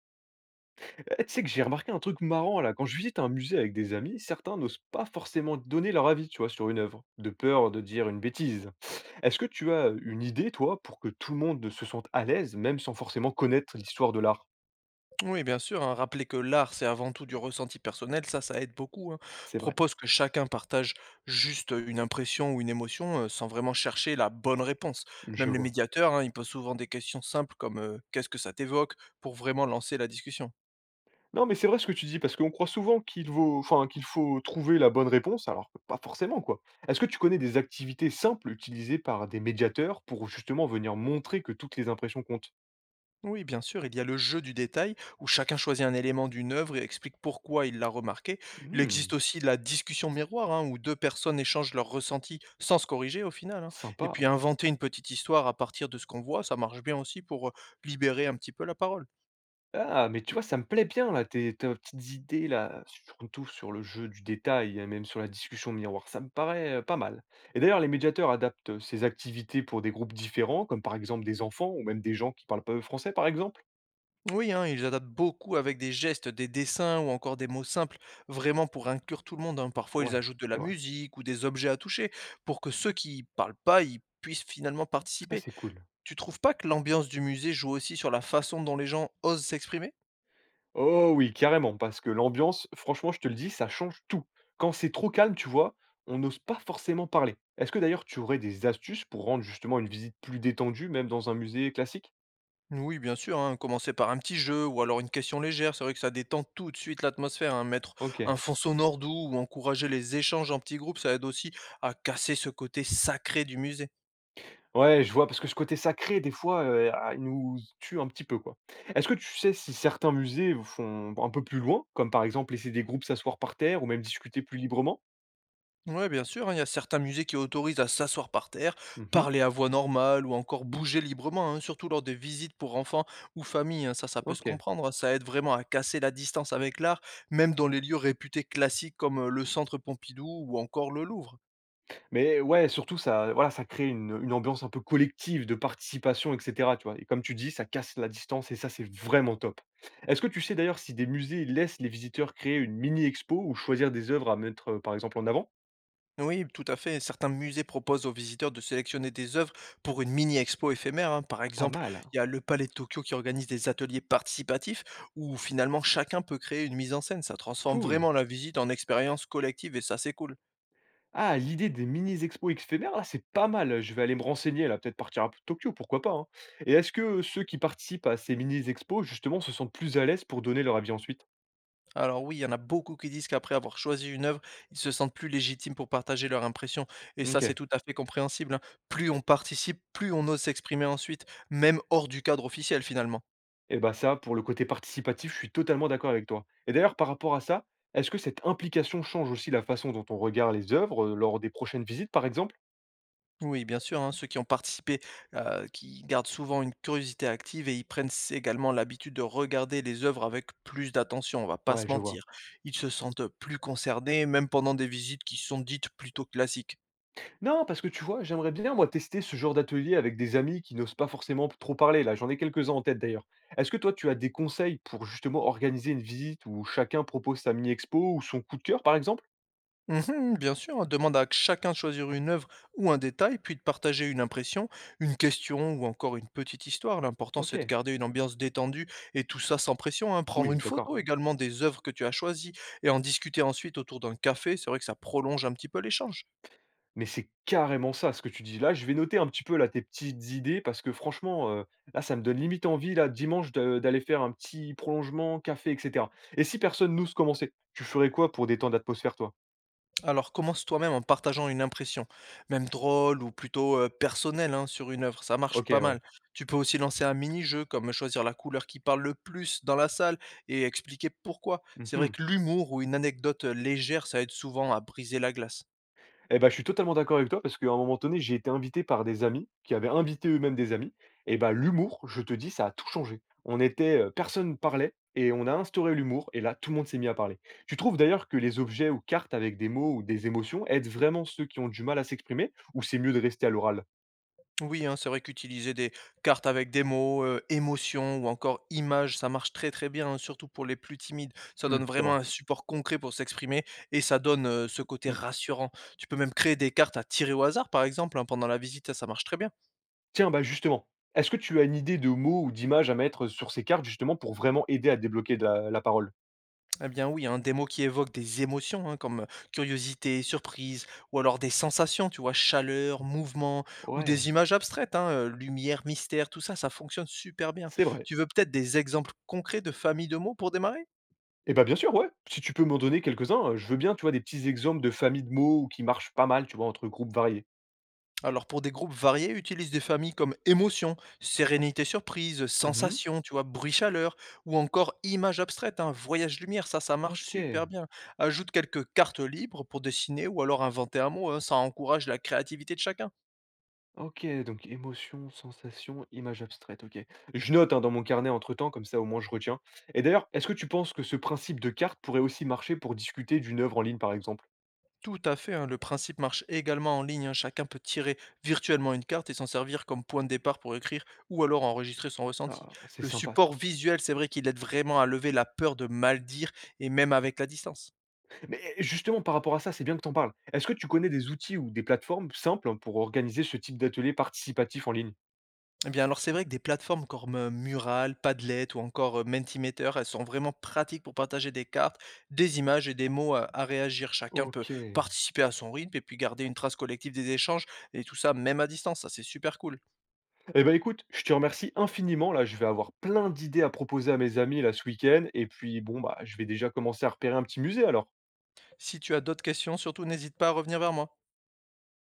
Eh, tu sais que j'ai remarqué un truc marrant là, quand je visite un musée avec des amis, certains n'osent pas forcément donner leur avis, tu vois, sur une œuvre, de peur de dire une bêtise. Est-ce que tu as une idée, toi, pour que tout le monde se sente à l'aise, même sans forcément connaître l'histoire de l'art? Oui, bien sûr, hein, rappeler que l'art, c'est avant tout du ressenti personnel, ça aide beaucoup. Hein. C'est vrai, Propose que chacun partage juste une impression ou une émotion sans vraiment chercher la bonne réponse. je Même les vois. médiateurs, hein, ils posent souvent des questions simples comme qu'est-ce que ça t'évoque pour vraiment lancer la discussion. Non, mais c'est vrai ce que tu dis, parce qu'on croit souvent qu'il faut trouver la bonne réponse, alors que pas forcément, quoi. Est-ce que tu connais des activités simples utilisées par des médiateurs pour justement venir montrer que toutes les impressions comptent? Oui, bien sûr, il y a le jeu du détail, où chacun choisit un élément d'une œuvre et explique pourquoi il l'a remarqué. Il existe Hmm. aussi la discussion miroir, hein, où deux personnes échangent leurs ressentis sans se corriger au final. Hein. Et puis Sympa. inventer une petite histoire à partir de ce qu'on voit, ça marche bien aussi pour libérer un petit peu la parole. Ah, mais tu vois, ça me plaît bien là, tes petites idées là, surtout sur le jeu du détail et même sur la discussion miroir, ça me paraît, pas mal. Et d'ailleurs, les médiateurs adaptent, ces activités pour des groupes différents, comme par exemple des enfants ou même des gens qui parlent pas, français, par exemple? Oui, hein, ils adaptent beaucoup avec des gestes, des dessins ou encore des mots simples, vraiment pour inclure tout le monde. Hein. Parfois, ils Ouais, ajoutent de la c'est vrai. musique ou des objets à toucher, pour que ceux qui parlent pas, ils puissent finalement Ça, participer. c'est cool. Tu trouves pas que l'ambiance du musée joue aussi sur la façon dont les gens osent s'exprimer? Oh oui, carrément, parce que l'ambiance, franchement, je te le dis, ça change tout. Quand c'est trop calme, tu vois, on n'ose pas forcément parler. Est-ce que d'ailleurs tu aurais des astuces pour rendre justement une visite plus détendue, même dans un musée classique? Oui, bien sûr, hein, commencer par un petit jeu ou alors une question légère, c'est vrai que ça détend tout de suite l'atmosphère, hein, mettre OK. un fond sonore doux ou encourager les échanges en petits groupes, ça aide aussi à casser ce côté sacré du musée. Ouais, je vois, parce que ce côté sacré, des fois, il nous tue un petit peu, quoi. Est-ce que tu sais si certains musées font un peu plus loin, comme par exemple laisser des groupes s'asseoir par terre ou même discuter plus librement? Ouais, bien sûr, hein, il y a certains musées qui autorisent à s'asseoir par terre, Mmh. parler à voix normale ou encore bouger librement, hein, surtout lors des visites pour enfants ou familles. Hein, ça peut se OK. comprendre. Hein, ça aide vraiment à casser la distance avec l'art, même dans les lieux réputés classiques comme le Centre Pompidou ou encore le Louvre. Mais ouais, surtout ça voilà, ça crée une ambiance un peu collective de participation et cetera, tu vois? Et comme tu dis, ça casse la distance et ça, c'est vraiment top. Est-ce que tu sais d'ailleurs si des musées laissent les visiteurs créer une mini expo ou choisir des œuvres à mettre, par exemple en avant? Oui, tout à fait. Certains musées proposent aux visiteurs de sélectionner des œuvres pour une mini-expo éphémère. Hein. Par Pas exemple, mal, hein. il y a le Palais de Tokyo qui organise des ateliers participatifs où finalement chacun peut créer une mise en scène. Ça transforme Cool. vraiment la visite en expérience collective et ça c'est cool. Ah, l'idée des mini-expos éphémères, là, c'est pas mal. Je vais aller me renseigner, là, peut-être partir à Tokyo, pourquoi pas, hein. Et est-ce que ceux qui participent à ces mini-expos, justement, se sentent plus à l'aise pour donner leur avis ensuite? Alors oui, il y en a beaucoup qui disent qu'après avoir choisi une œuvre, ils se sentent plus légitimes pour partager leur impression. Et ça Ok. c'est tout à fait compréhensible. Hein. Plus on participe, plus on ose s'exprimer ensuite, même hors du cadre officiel finalement. Et bah ça, pour le côté participatif, je suis totalement d'accord avec toi. Et d'ailleurs, par rapport à ça, est-ce que cette implication change aussi la façon dont on regarde les œuvres lors des prochaines visites, par exemple? Oui, bien sûr, hein, ceux qui ont participé, qui gardent souvent une curiosité active et ils prennent également l'habitude de regarder les œuvres avec plus d'attention, on va pas se Ouais, je vois. mentir. Ils se sentent plus concernés, même pendant des visites qui sont dites plutôt classiques. Non, parce que tu vois, j'aimerais bien, moi, tester ce genre d'atelier avec des amis qui n'osent pas forcément trop parler. Là, j'en ai quelques-uns en tête d'ailleurs. Est-ce que toi, tu as des conseils pour justement organiser une visite où chacun propose sa mini-expo ou son coup de cœur, par exemple? Mhm, bien sûr, hein, demande à chacun de choisir une œuvre ou un détail, puis de partager une impression, une question ou encore une petite histoire. L'important, c'est de Ok, garder une ambiance détendue et tout ça sans pression. Hein. Prendre oui, une d'accord. photo également des œuvres que tu as choisies et en discuter ensuite autour d'un café, c'est vrai que ça prolonge un petit peu l'échange. Mais c'est carrément ça, ce que tu dis. Là, je vais noter un petit peu là, tes petites idées parce que franchement, là, ça me donne limite envie, là, dimanche, d'aller faire un petit prolongement, café, etc. Et si personne n'ose commencer, tu ferais quoi pour détendre l'atmosphère, toi? Alors commence toi-même en partageant une impression, même drôle ou plutôt personnelle, hein, sur une œuvre, ça marche Ok, pas ouais. mal. Tu peux aussi lancer un mini-jeu comme choisir la couleur qui parle le plus dans la salle et expliquer pourquoi. C'est vrai Mhm. que l'humour ou une anecdote légère, ça aide souvent à briser la glace. Eh ben je suis totalement d'accord avec toi parce qu'à un moment donné, j'ai été invité par des amis qui avaient invité eux-mêmes des amis et ben l'humour, je te dis, ça a tout changé. On était, personne ne parlait et on a instauré l'humour et là, tout le monde s'est mis à parler. Tu trouves d'ailleurs que les objets ou cartes avec des mots ou des émotions aident vraiment ceux qui ont du mal à s'exprimer ou c'est mieux de rester à l'oral? Oui, hein, c'est vrai qu'utiliser des cartes avec des mots, émotions ou encore images, ça marche très très bien, hein, surtout pour les plus timides. Ça Mmh, donne c'est vraiment vrai. un support concret pour s'exprimer et ça donne ce côté Mmh. rassurant. Tu peux même créer des cartes à tirer au hasard, par exemple, hein, pendant la visite, ça marche très bien. Tiens, bah, justement, est-ce que tu as une idée de mots ou d'images à mettre sur ces cartes justement pour vraiment aider à débloquer de la parole? Eh bien oui, hein, des mots qui évoquent des émotions, hein, comme curiosité, surprise, ou alors des sensations, tu vois, chaleur, mouvement, ou Ouais, des images abstraites, hein, lumière, mystère, tout ça, ça fonctionne super bien. c'est vrai. Tu veux peut-être des exemples concrets de familles de mots pour démarrer? Eh ben bien sûr, ouais. Si tu peux m'en donner quelques-uns, je veux bien, tu vois, des petits exemples de familles de mots qui marchent pas mal, tu vois, entre groupes variés. Alors pour des groupes variés, utilise des familles comme émotion, sérénité, surprise, Mmh. sensation, tu vois, bruit, chaleur, ou encore image abstraite, hein, voyage, lumière, ça ça marche OK, super bien. Ajoute quelques cartes libres pour dessiner ou alors inventer un mot, hein, ça encourage la créativité de chacun. OK, donc émotion, sensation, image abstraite, OK. Je note, hein, dans mon carnet entre-temps, comme ça, au moins, je retiens. Et d'ailleurs, est-ce que tu penses que ce principe de carte pourrait aussi marcher pour discuter d'une œuvre en ligne, par exemple? Tout à fait, hein, le principe marche également en ligne, hein, chacun peut tirer virtuellement une carte et s'en servir comme point de départ pour écrire ou alors enregistrer son ressenti. Ah, c'est Le sympa ça. support visuel, c'est vrai qu'il aide vraiment à lever la peur de mal dire et même avec la distance. Mais eh, justement, par rapport à ça, c'est bien que t'en parles. Est-ce que tu connais des outils ou des plateformes simples pour organiser ce type d'atelier participatif en ligne? Eh bien, alors c'est vrai que des plateformes comme Mural, Padlet ou encore Mentimeter, elles sont vraiment pratiques pour partager des cartes, des images et des mots à réagir. Chacun peut OK. participer à son rythme et puis garder une trace collective des échanges et tout ça même à distance. Ça, c'est super cool. Eh ben écoute, je te remercie infiniment. Là, je vais avoir plein d'idées à proposer à mes amis là ce week-end. Et puis bon, bah, je vais déjà commencer à repérer un petit musée alors. Si tu as d'autres questions, surtout n'hésite pas à revenir vers moi.